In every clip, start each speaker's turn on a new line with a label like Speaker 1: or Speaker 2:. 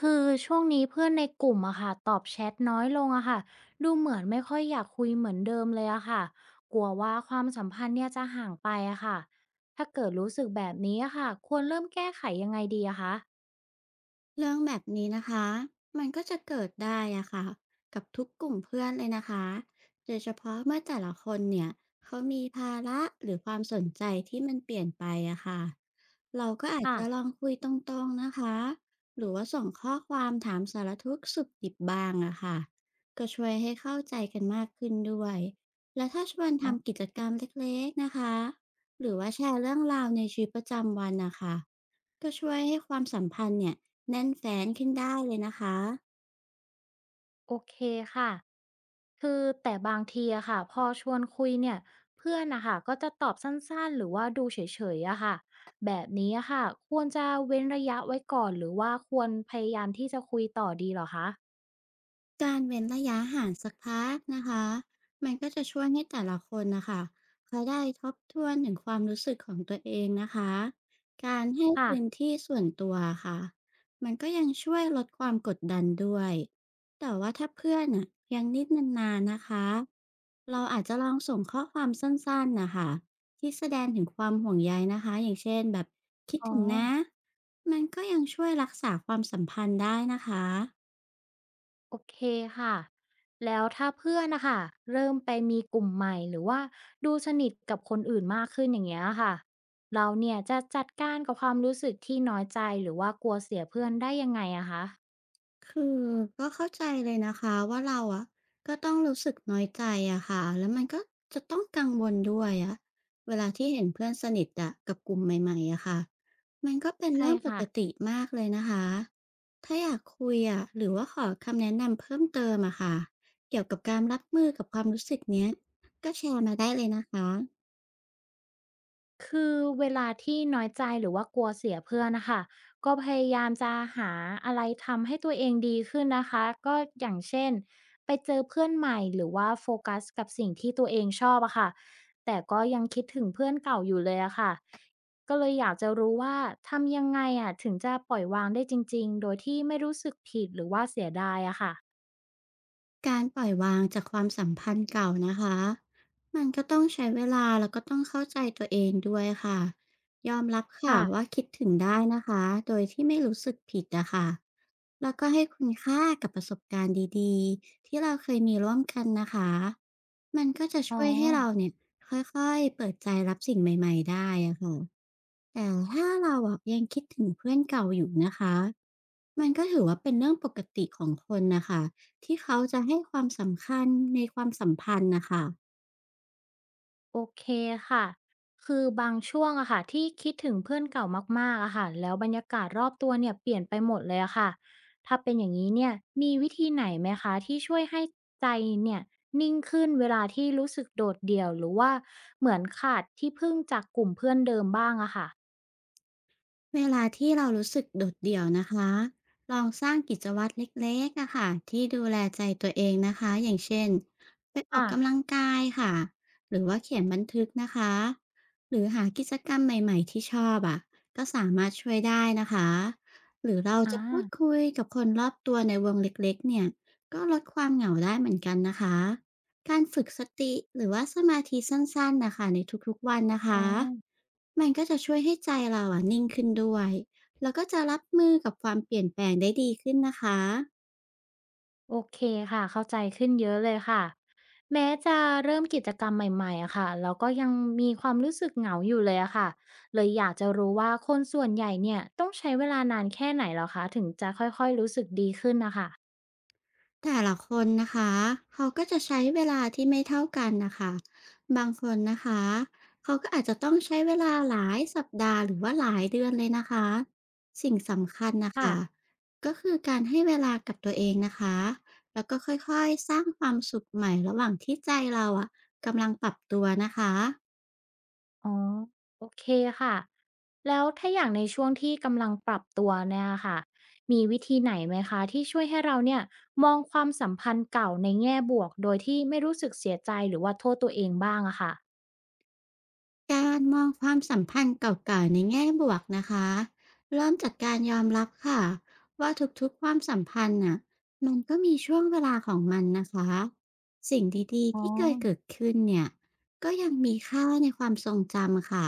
Speaker 1: คือช่วงนี้เพื่อนในกลุ่มอะค่ะตอบแชทน้อยลงอะค่ะดูเหมือนไม่ค่อยอยากคุยเหมือนเดิมเลยอะค่ะกลัวว่าความสัมพันธ์เนี่ยจะห่างไปอะค่ะถ้าเกิดรู้สึกแบบนี้อะค่ะควรเริ่มแก้ไขยังไงดีอะคะ
Speaker 2: เรื่องแบบนี้นะคะมันก็จะเกิดได้อะค่ะกับทุกกลุ่มเพื่อนเลยนะคะโดยเฉพาะเมื่อแต่ละคนเนี่ย เขามีภาระหรือความสนใจที่มันเปลี่ยนไปอะค่ะเราก็อาจ
Speaker 1: ค่ะ
Speaker 2: จะลองคุยตรงๆนะคะ หรือว่าส่งข้อความถามสารทุกข์สุขดิบบ้างอะค่ะก็ช่วยให้เข้าใจกันมากขึ้นด้วยและถ้าชวน
Speaker 1: อ๋
Speaker 2: ทำ
Speaker 1: อ
Speaker 2: กิจกรรมเล็กๆนะคะ หรือว่าแชร์เรื่องราวในชีวิตประจำวันนะคะก็ช่วยให้ความสัมพันธ์เนี่ย แน่นแฟ้นขึ้นได้เลยนะคะ
Speaker 1: โอเคค่ะคือแต่บางทีอะค่ะพอชวนคุยเนี่ยเพื่อนนะคะก็จะตอบสั้นๆหรือว่าดูเฉยๆอะค่ะแบบนี้อะค่ะควรจะเว้นระยะไว้ก่อนหรือว่าควรพยายามที่จะคุยต่อดีเหรอคะ
Speaker 2: การเว้นระยะห่างสักพักนะคะมันก็จะช่วยให้แต่ละคนนะคะเขาได้ทบทวนถึงความรู้สึกของตัวเองนะคะการให้
Speaker 1: ค่ะ
Speaker 2: พื้นที่ส่วนตัวค่ะมันก็ยังช่วยลดความกดดันด้วยแต่ว่าถ้าเพื่อนน่ะยังนิดนานๆนะคะเราอาจจะลองส่งข้อความสั้นๆนะคะที่แสดงถึงความห่วงใยนะคะอย่างเช่นแบบคิด
Speaker 1: อ๋อ
Speaker 2: ถึงนะมันก็ยังช่วยรักษาความสัมพันธ์ได้นะคะ
Speaker 1: โอเคค่ะ แล้วถ้าเพื่อนนะคะเริ่มไปมีกลุ่มใหม่หรือว่าดูสนิทกับคนอื่นมากขึ้นอย่างเงี้ยค่ะ เราเนี่ยจะจัดการกับความรู้สึกที่น้อยใจหรือว่ากลัวเสียเพื่อนได้ยังไงอะคะ
Speaker 2: คือก็เข้าใจเลยนะคะว่าเราอะก็ต้องรู้สึกน้อยใจอะค่ะแล้วมันก็จะต้องกังวลด้วยอะเวลาที่เห็นเพื่อนสนิทอะกับกลุ่มใหม่ๆอะค่ะมันก็เป็น
Speaker 1: ใช่
Speaker 2: เรื่องปก
Speaker 1: ค่ะ
Speaker 2: ติมากเลยนะคะถ้าอยากคุยอะหรือว่าขอคำแนะนำเพิ่มเติมอะค่ะเกี่ยวกับการรับมือกับความรู้สึกเนี้ยก็แชร์มาได้เลยนะคะ
Speaker 1: คือเวลาที่น้อยใจหรือว่ากลัวเสียเพื่อนนะคะก็พยายามจะหาอะไรทำให้ตัวเองดีขึ้นนะคะก็อย่างเช่นไปเจอเพื่อนใหม่หรือว่าโฟกัสกับสิ่งที่ตัวเองชอบอะค่ะแต่ก็ยังคิดถึงเพื่อนเก่าอยู่เลยอะค่ะก็เลยอยากจะรู้ว่าทำยังไงอะถึงจะปล่อยวางได้จริงๆโดยที่ไม่รู้สึกผิดหรือว่าเสียดายอะค่ะ
Speaker 2: การปล่อยวางจากความสัมพันธ์เก่านะคะ มันก็ต้องใช้เวลาแล้วก็ต้องเข้าใจตัวเองด้วยค่ะยอมรับค่ะ
Speaker 1: ค่ะ
Speaker 2: ว่าคิดถึงได้นะคะ โดยที่ไม่รู้สึกผิดนะคะ แล้วก็ให้คุณค่ากับประสบการณ์ดีๆที่เราเคยมีร่วมกันนะคะมันก็จะ
Speaker 1: อ๋อ
Speaker 2: ช่วยให้เราเนี่ยค่อยๆเปิดใจรับสิ่งใหม่ๆได้อะค่ะ แต่ถ้าเราอะยังคิดถึงเพื่อนเก่าอยู่นะคะมันก็ถือว่าเป็นเรื่องปกติของคนนะคะที่เขาจะให้ความสำคัญในความสัมพันธ์นะคะ
Speaker 1: โอเคค่ะ คือบางช่วงอะค่ะที่คิดถึงเพื่อนเก่ามากๆอะค่ะแล้วบรรยากาศรอบตัวเนี่ยเปลี่ยนไปหมดเลยอะค่ะ ถ้าเป็นอย่างนี้เนี่ยมีวิธีไหนไหมคะที่ช่วยให้ใจเนี่ยนิ่งขึ้นเวลาที่รู้สึกโดดเดี่ยวหรือว่าเหมือนขาดที่พึ่งจากกลุ่มเพื่อนเดิมบ้างอะค่ะ
Speaker 2: เวลาที่เรารู้สึกโดดเดี่ยวนะคะลองสร้างกิจวัตรเล็กๆอะค่ะที่ดูแลใจตัวเองนะคะอย่างเช่นไปออก
Speaker 1: ค่ะ
Speaker 2: กำลังกายค่ะหรือว่าเขียนบันทึกนะคะหรือหากิจกรรมใหม่ๆที่ชอบอะก็สามารถช่วยได้นะคะหรือเรา
Speaker 1: อ่า
Speaker 2: จะพูดคุยกับคนรอบตัวในวงเล็กๆเนี่ยก็ลดความเหงาได้เหมือนกันนะคะการฝึกสติหรือว่าสมาธิสั้นๆนะคะในทุกๆวันนะ
Speaker 1: อ๋อ
Speaker 2: คะ มันก็จะช่วยให้ใจเราอะนิ่งขึ้นด้วยแล้วก็จะรับมือกับความเปลี่ยนแปลงได้ดีขึ้นนะคะ
Speaker 1: โอเคค่ะเข้าใจขึ้นเยอะเลยค่ะแม้จะเริ่มกิจกรรมใหม่ๆอะค่ะแล้วก็ยังมีความรู้สึกเหงาอยู่เลยอะค่ะเลยอยากจะรู้ว่าคนส่วนใหญ่เนี่ยต้องใช้เวลานานแค่ไหนแล้วคะถึงจะค่อยๆรู้สึกดีขึ้นนะค่ะ
Speaker 2: แต่ละคนนะคะเขาก็จะใช้เวลาที่ไม่เท่ากันนะคะบางคนนะคะเขาก็อาจจะต้องใช้เวลาหลายสัปดาห์หรือว่าหลายเดือนเลยนะคะ สิ่งสำคัญนะ
Speaker 1: ค่ะ
Speaker 2: คะก็คือการให้เวลากับตัวเองนะคะ แล้วก็ค่อยๆสร้างความสุขใหม่ระหว่างที่ใจเราอะกำลังปรับตัวนะคะ
Speaker 1: อ๋อโอเคค่ะแล้วถ้าอย่างในช่วงที่กำลังปรับตัวเนี่ยค่ะมีวิธีไหนไหมคะที่ช่วยให้เราเนี่ยมองความสัมพันธ์เก่าในแง่บวกโดยที่ไม่รู้สึกเสียใจหรือว่าโทษตัวเองบ้างอะค่ะ
Speaker 2: การมองความสัมพันธ์เก่าๆในแง่บวกนะคะเริ่มจากการยอมรับค่ะว่าทุกๆความสัมพันธ์น่ะมันก็มีช่วงเวลาของมันนะคะสิ่งดีๆ
Speaker 1: อ๋อ
Speaker 2: ที่เคยเกิดขึ้นเนี่ยก็ยังมีค่าในความทรงจำค่ะ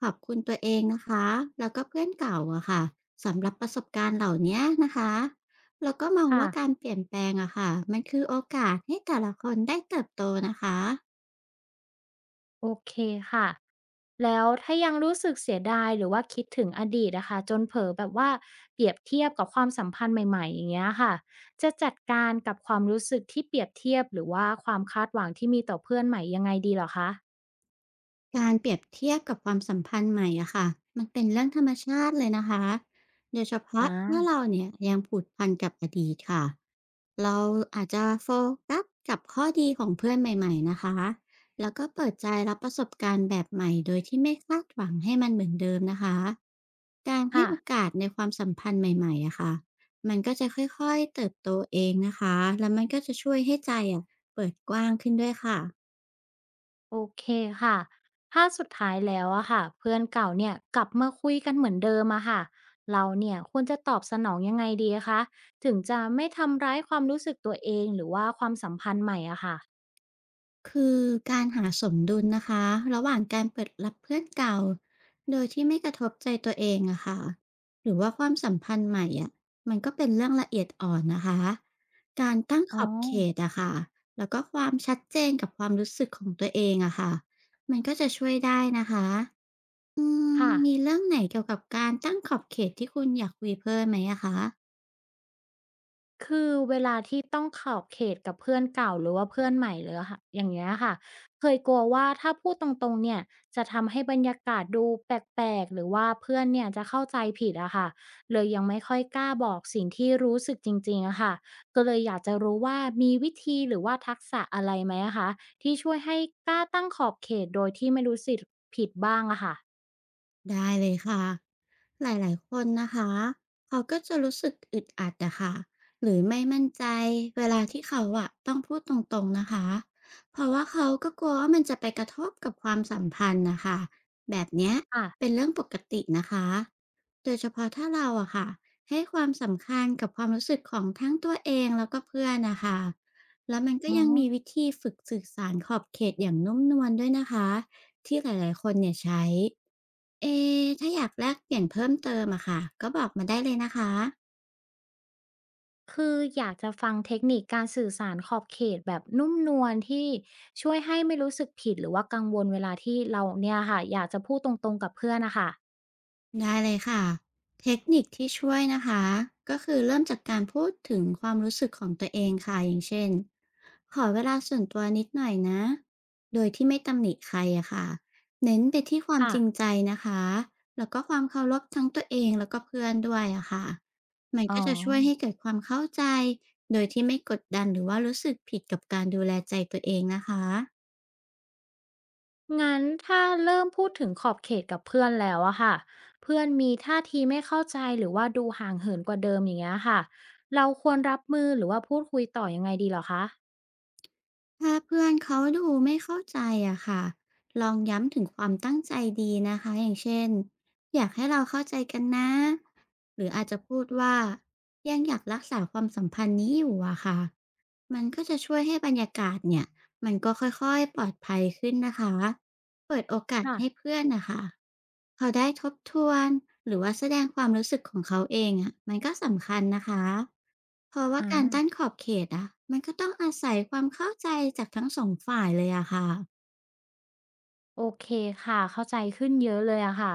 Speaker 2: ขอบคุณตัวเองนะคะแล้วก็เพื่อนเก่าอะค่ะสำหรับประสบการณ์เหล่านี้นะคะแล้วก็มอง
Speaker 1: ค่ะ
Speaker 2: ว่าการเปลี่ยนแปลงอะค่ะมันคือโอกาสให้แต่ละคนได้เติบโตนะคะ
Speaker 1: โอเคค่ะแล้วถ้ายังรู้สึกเสียดายหรือว่าคิดถึงอดีตอะค่ะจนเผลอแบบว่าเปรียบเทียบกับความสัมพันธ์ใหม่ๆอย่างเงี้ยค่ะจะจัดการกับความรู้สึกที่เปรียบเทียบหรือว่าความคาดหวังที่มีต่อเพื่อนใหม่ยังไงดีเหรอคะ
Speaker 2: การเปรียบเทียบกับความสัมพันธ์ใหม่อะค่ะมันเป็นเรื่องธรรมชาติเลยนะคะโดยเฉพาะ
Speaker 1: อา
Speaker 2: เมื่อเราเนี่ยยังผูกพันกับอดีตค่ะเราอาจจะโฟกัสกับข้อดีของเพื่อนใหม่ๆนะคะแล้วก็เปิดใจรับประสบการณ์แบบใหม่โดยที่ไม่คาดหวังให้มันเหมือนเดิมนะคะ การให้
Speaker 1: ค่ะ
Speaker 2: โอกาสในความสัมพันธ์ใหม่ๆอะค่ะมันก็จะค่อยๆเติบโตเองนะคะแล้วมันก็จะช่วยให้ใจอะเปิดกว้างขึ้นด้วยค่ะ
Speaker 1: โอเคค่ะถ้าสุดท้ายแล้วอะค่ะเพื่อนเก่าเนี่ยกลับมาคุยกันเหมือนเดิมอะค่ะเราเนี่ยควรจะตอบสนองยังไงดีคะถึงจะไม่ทำร้ายความรู้สึกตัวเองหรือว่าความสัมพันธ์ใหม่อะค่ะ
Speaker 2: คือการหาสมดุลนะคะระหว่างการเปิดรับเพื่อนเก่าโดยที่ไม่กระทบใจตัวเองอะค่ะหรือว่าความสัมพันธ์ใหม่อะมันก็เป็นเรื่องละเอียดอ่อนนะคะการตั้งข
Speaker 1: อ๋อ
Speaker 2: อบเขตอะค่ะแล้วก็ความชัดเจนกับความรู้สึกของตัวเองอะค่ะมันก็จะช่วยได้นะคะอืม
Speaker 1: ค่ะ
Speaker 2: มีเรื่องไหนเกี่ยวกับการตั้งขอบเขตที่คุณอยากคุยเพิ่มไหมอะคะ
Speaker 1: คือเวลาที่ต้องขอบเขตกับเพื่อนเก่าหรือว่าเพื่อนใหม่เลยอะค่ะอย่างเงี้ยค่ะเคยกลัวว่าถ้าพูดตรงๆเนี่ยจะทำให้บรรยากาศดูแปลกๆหรือว่าเพื่อนเนี่ยจะเข้าใจผิดอะค่ะเลยยังไม่ค่อยกล้าบอกสิ่งที่รู้สึกจริงๆอะค่ะก็เลยอยากจะรู้ว่ามีวิธีหรือว่าทักษะอะไรไหมอะคะที่ช่วยให้กล้าตั้งขอบเขตโดยที่ไม่รู้สึกผิดบ้างอะค่ะ
Speaker 2: ได้เลยค่ะ หลายๆคนนะคะเขาก็จะรู้สึกอึดอัดอะค่ะหรือไม่มั่นใจเวลาที่เขาอะต้องพูดตรงๆนะคะ เพราะว่าเขาก็กลัวว่ามันจะไปกระทบกับความสัมพันธ์นะคะแบบเนี้ยเป็
Speaker 1: ค่ะ
Speaker 2: นเรื่องปกตินะคะโดยเฉพาะถ้าเราอะค่ะให้ความสำคัญกับความรู้สึกของทั้งตัวเองแล้วก็เพื่อนนะคะแล้วมันก็
Speaker 1: อ๋อ
Speaker 2: ยังมีวิธีฝึกสื่อสารขอบเขตอย่างนุ่มนวลด้วยนะคะที่หลายๆคนเนี่ยใช้ เอถ้าอยากแลกเปลี่ยนเพิ่มเติมอะค่ะ ก็บอกมาได้เลยนะคะ
Speaker 1: คืออยากจะฟังเทคนิคการสื่อสารขอบเขตแบบนุ่มนวลที่ช่วยให้ไม่รู้สึกผิดหรือว่ากังวลเวลาที่เราเนี่ยค่ะอยากจะพูดตรงๆกับเพื่อนนะคะ
Speaker 2: ได้เลยค่ะ เทคนิคที่ช่วยนะคะ ก็คือเริ่มจากการพูดถึงความรู้สึกของตัวเองค่ะอย่างเช่น ขอเวลาส่วนตัวนิดหน่อยนะโดยที่ไม่ตำหนิใครอะค่ะเน้นไปที่ความ
Speaker 1: ค่ะ
Speaker 2: จริงใจนะคะ แล้วก็ความเคารพทั้งตัวเองแล้วก็เพื่อนด้วยอะค่ะมัน
Speaker 1: อ๋อ
Speaker 2: ก็จะช่วยให้เกิดความเข้าใจโดยที่ไม่กดดันหรือว่ารู้สึกผิดกับการดูแลใจตัวเองนะคะ
Speaker 1: งั้นถ้าเริ่มพูดถึงขอบเขตกับเพื่อนแล้วอะค่ะเพื่อนมีท่าทีไม่เข้าใจหรือว่าดูห่างเหินกว่าเดิมอย่างเงี้ยค่ะเราควรรับมือหรือว่าพูดคุยต่อยังไงดีเหรอคะ
Speaker 2: ถ้าเพื่อนเขาดูไม่เข้าใจอะค่ะลองย้ำถึงความตั้งใจดีนะคะ อย่างเช่นอยากให้เราเข้าใจกันนะ หรืออาจจะพูดว่ายังอยากรักษาความสัมพันธ์นี้อยู่อะค่ะ มันก็จะช่วยให้บรรยากาศเนี่ยมันก็ค่อยๆปลอดภัยขึ้นนะคะ เปิดโอกาสให้
Speaker 1: ค่ะ
Speaker 2: เพื่อนนะคะ เขาได้ทบทวนหรือว่าแสดงความรู้สึกของเขาเองอะมันก็สำคัญนะคะเพราะว่า
Speaker 1: อา
Speaker 2: การตั้งขอบเขตอะมันก็ต้องอาศัยความเข้าใจจากทั้งสองฝ่ายเลยอะค่ะ
Speaker 1: โอเคค่ะเข้าใจขึ้นเยอะเลยอะค่ะ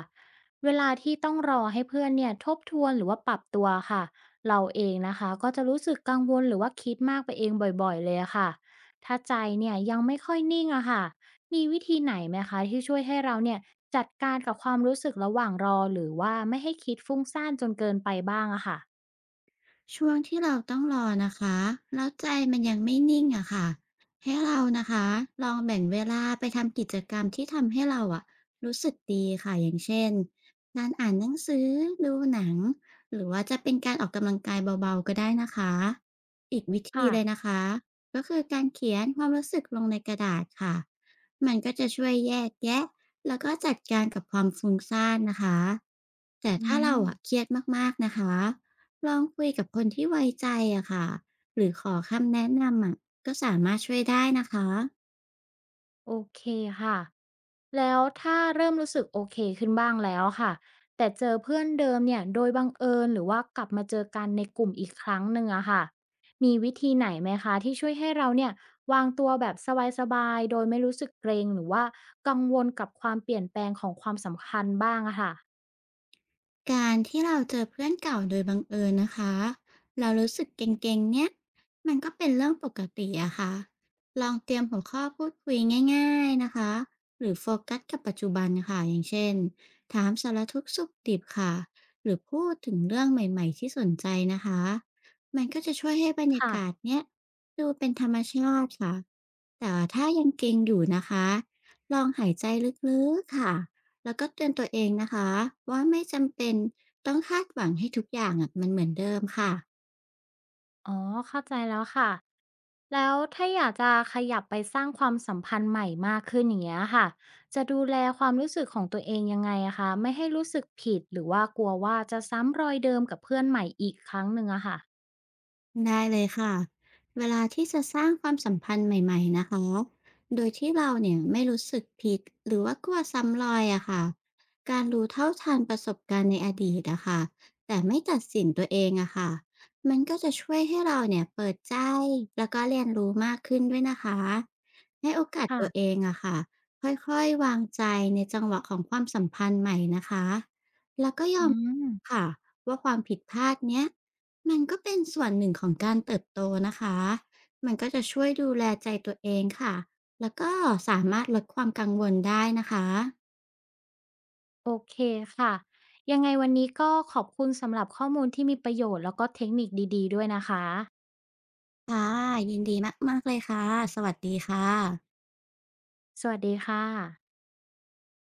Speaker 1: เวลาที่ต้องรอให้เพื่อนเนี่ยทบทวนหรือว่าปรับตัวค่ะเราเองนะคะก็จะรู้สึกกังวลหรือว่าคิดมากไปเองบ่อยๆเลยอะค่ะถ้าใจเนี่ยยังไม่ค่อยนิ่งอะค่ะมีวิธีไหนไหมคะที่ช่วยให้เราเนี่ยจัดการกับความรู้สึกระหว่างรอหรือว่าไม่ให้คิดฟุ้งซ่านจนเกินไปบ้างอะค่ะ
Speaker 2: ช่วงที่เราต้องรอนะคะแล้วใจมันยังไม่นิ่งอะค่ะให้เรานะคะลองแบ่งเวลาไปทำกิจกรรมที่ทำให้เราอะรู้สึกดีค่ะอย่างเช่นการอ่านหนังสือดูหนังหรือว่าจะเป็นการออกกำลังกายเบาๆก็ได้นะคะอีกวิธีเลย
Speaker 1: ค่ะ
Speaker 2: นะคะก็คือการเขียนความรู้สึกลงในกระดาษค่ะมันก็จะช่วยแยกแยะแล้วก็จัดการกับความฟุ้งซ่านนะคะแต่
Speaker 1: อื
Speaker 2: ถ้า
Speaker 1: ม
Speaker 2: เราอะเครียดมากๆนะคะ ลองคุยกับคนที่ไว้ใจอะค่ะหรือขอคำแนะนำอะก็สามารถช่วยได้นะคะ
Speaker 1: โอเคค่ะ แล้วถ้าเริ่มรู้สึกโอเคขึ้นบ้างแล้วค่ะแต่เจอเพื่อนเดิมเนี่ยโดยบังเอิญหรือว่ากลับมาเจอกันในกลุ่มอีกครั้งหนึ่งอะค่ะมีวิธีไหนไหมคะที่ช่วยให้เราเนี่ยวางตัวแบบสบายๆโดยไม่รู้สึกเกรงหรือว่ากังวลกับความเปลี่ยนแปลงของความสำคัญบ้างอะค่ะ
Speaker 2: การที่เราเจอเพื่อนเก่าโดยบังเอิญนะคะเรารู้สึกเก่งๆเนี่ยมันก็เป็นเรื่องปกติอะค่ะลองเตรียมหัวข้อพูดคุยง่ายๆนะคะหรือโฟกัสกับปัจจุบันค่ะอย่างเช่นถามสารทุกข์สุขดิบค่ะหรือพูดถึงเรื่องใหม่ๆที่สนใจนะคะมันก็จะช่วยให้บรรยา
Speaker 1: ค่ะ
Speaker 2: กาศเนี่ยดูเป็นธรรมชาติค่ะแต่ถ้ายังเก่งอยู่นะคะลองหายใจลึกๆค่ะ แล้วก็เตือนตัวเองนะคะว่าไม่จำเป็นต้องคาดหวังให้ทุกอย่างอะมันเหมือนเดิมค่ะ
Speaker 1: อ๋อเข้าใจแล้วค่ะแล้วถ้าอยากจะขยับไปสร้างความสัมพันธ์ใหม่มากขึ้นอย่างเงี้ยค่ะจะดูแลความรู้สึกของตัวเองยังไงอะคะไม่ให้รู้สึกผิดหรือว่ากลัวว่าจะซ้ำรอยเดิมกับเพื่อนใหม่อีกครั้งหนึ่งอะค่ะ
Speaker 2: ได้เลยค่ะเวลาที่จะสร้างความสัมพันธ์ใหม่ๆนะคะโดยที่เราเนี่ยไม่รู้สึกผิดหรือว่ากลัวซ้ำรอยอะค่ะการรู้เท่าทันประสบการณ์ในอดีตอะค่ะแต่ไม่ตัดสินตัวเองอะค่ะมันก็จะช่วยให้เราเนี่ยเปิดใจแล้วก็เรียนรู้มากขึ้นด้วยนะคะให้โอกาสตัวเอ
Speaker 1: ค่ะ
Speaker 2: งอะค่ะค่อยๆวางใจในจังหวะของความสัมพันธ์ใหม่นะคะแล้วก็ย
Speaker 1: อื
Speaker 2: อม
Speaker 1: ม
Speaker 2: ค่ะว่าความผิดพลาดเนี้ย มันก็เป็นส่วนหนึ่งของการเติบโตนะคะ มันก็จะช่วยดูแลใจตัวเองค่ะ แล้วก็สามารถลดความกังวลได้นะคะ
Speaker 1: โอเคค่ะยังไงวันนี้ก็ขอบคุณสำหรับข้อมูลที่มีประโยชน์แล้วก็เทคนิคดีๆด้วยนะคะ
Speaker 2: ค่ะยินดีมากๆเลยค่ะ สวัสดีค่ะ
Speaker 1: สวัสดีค่ะ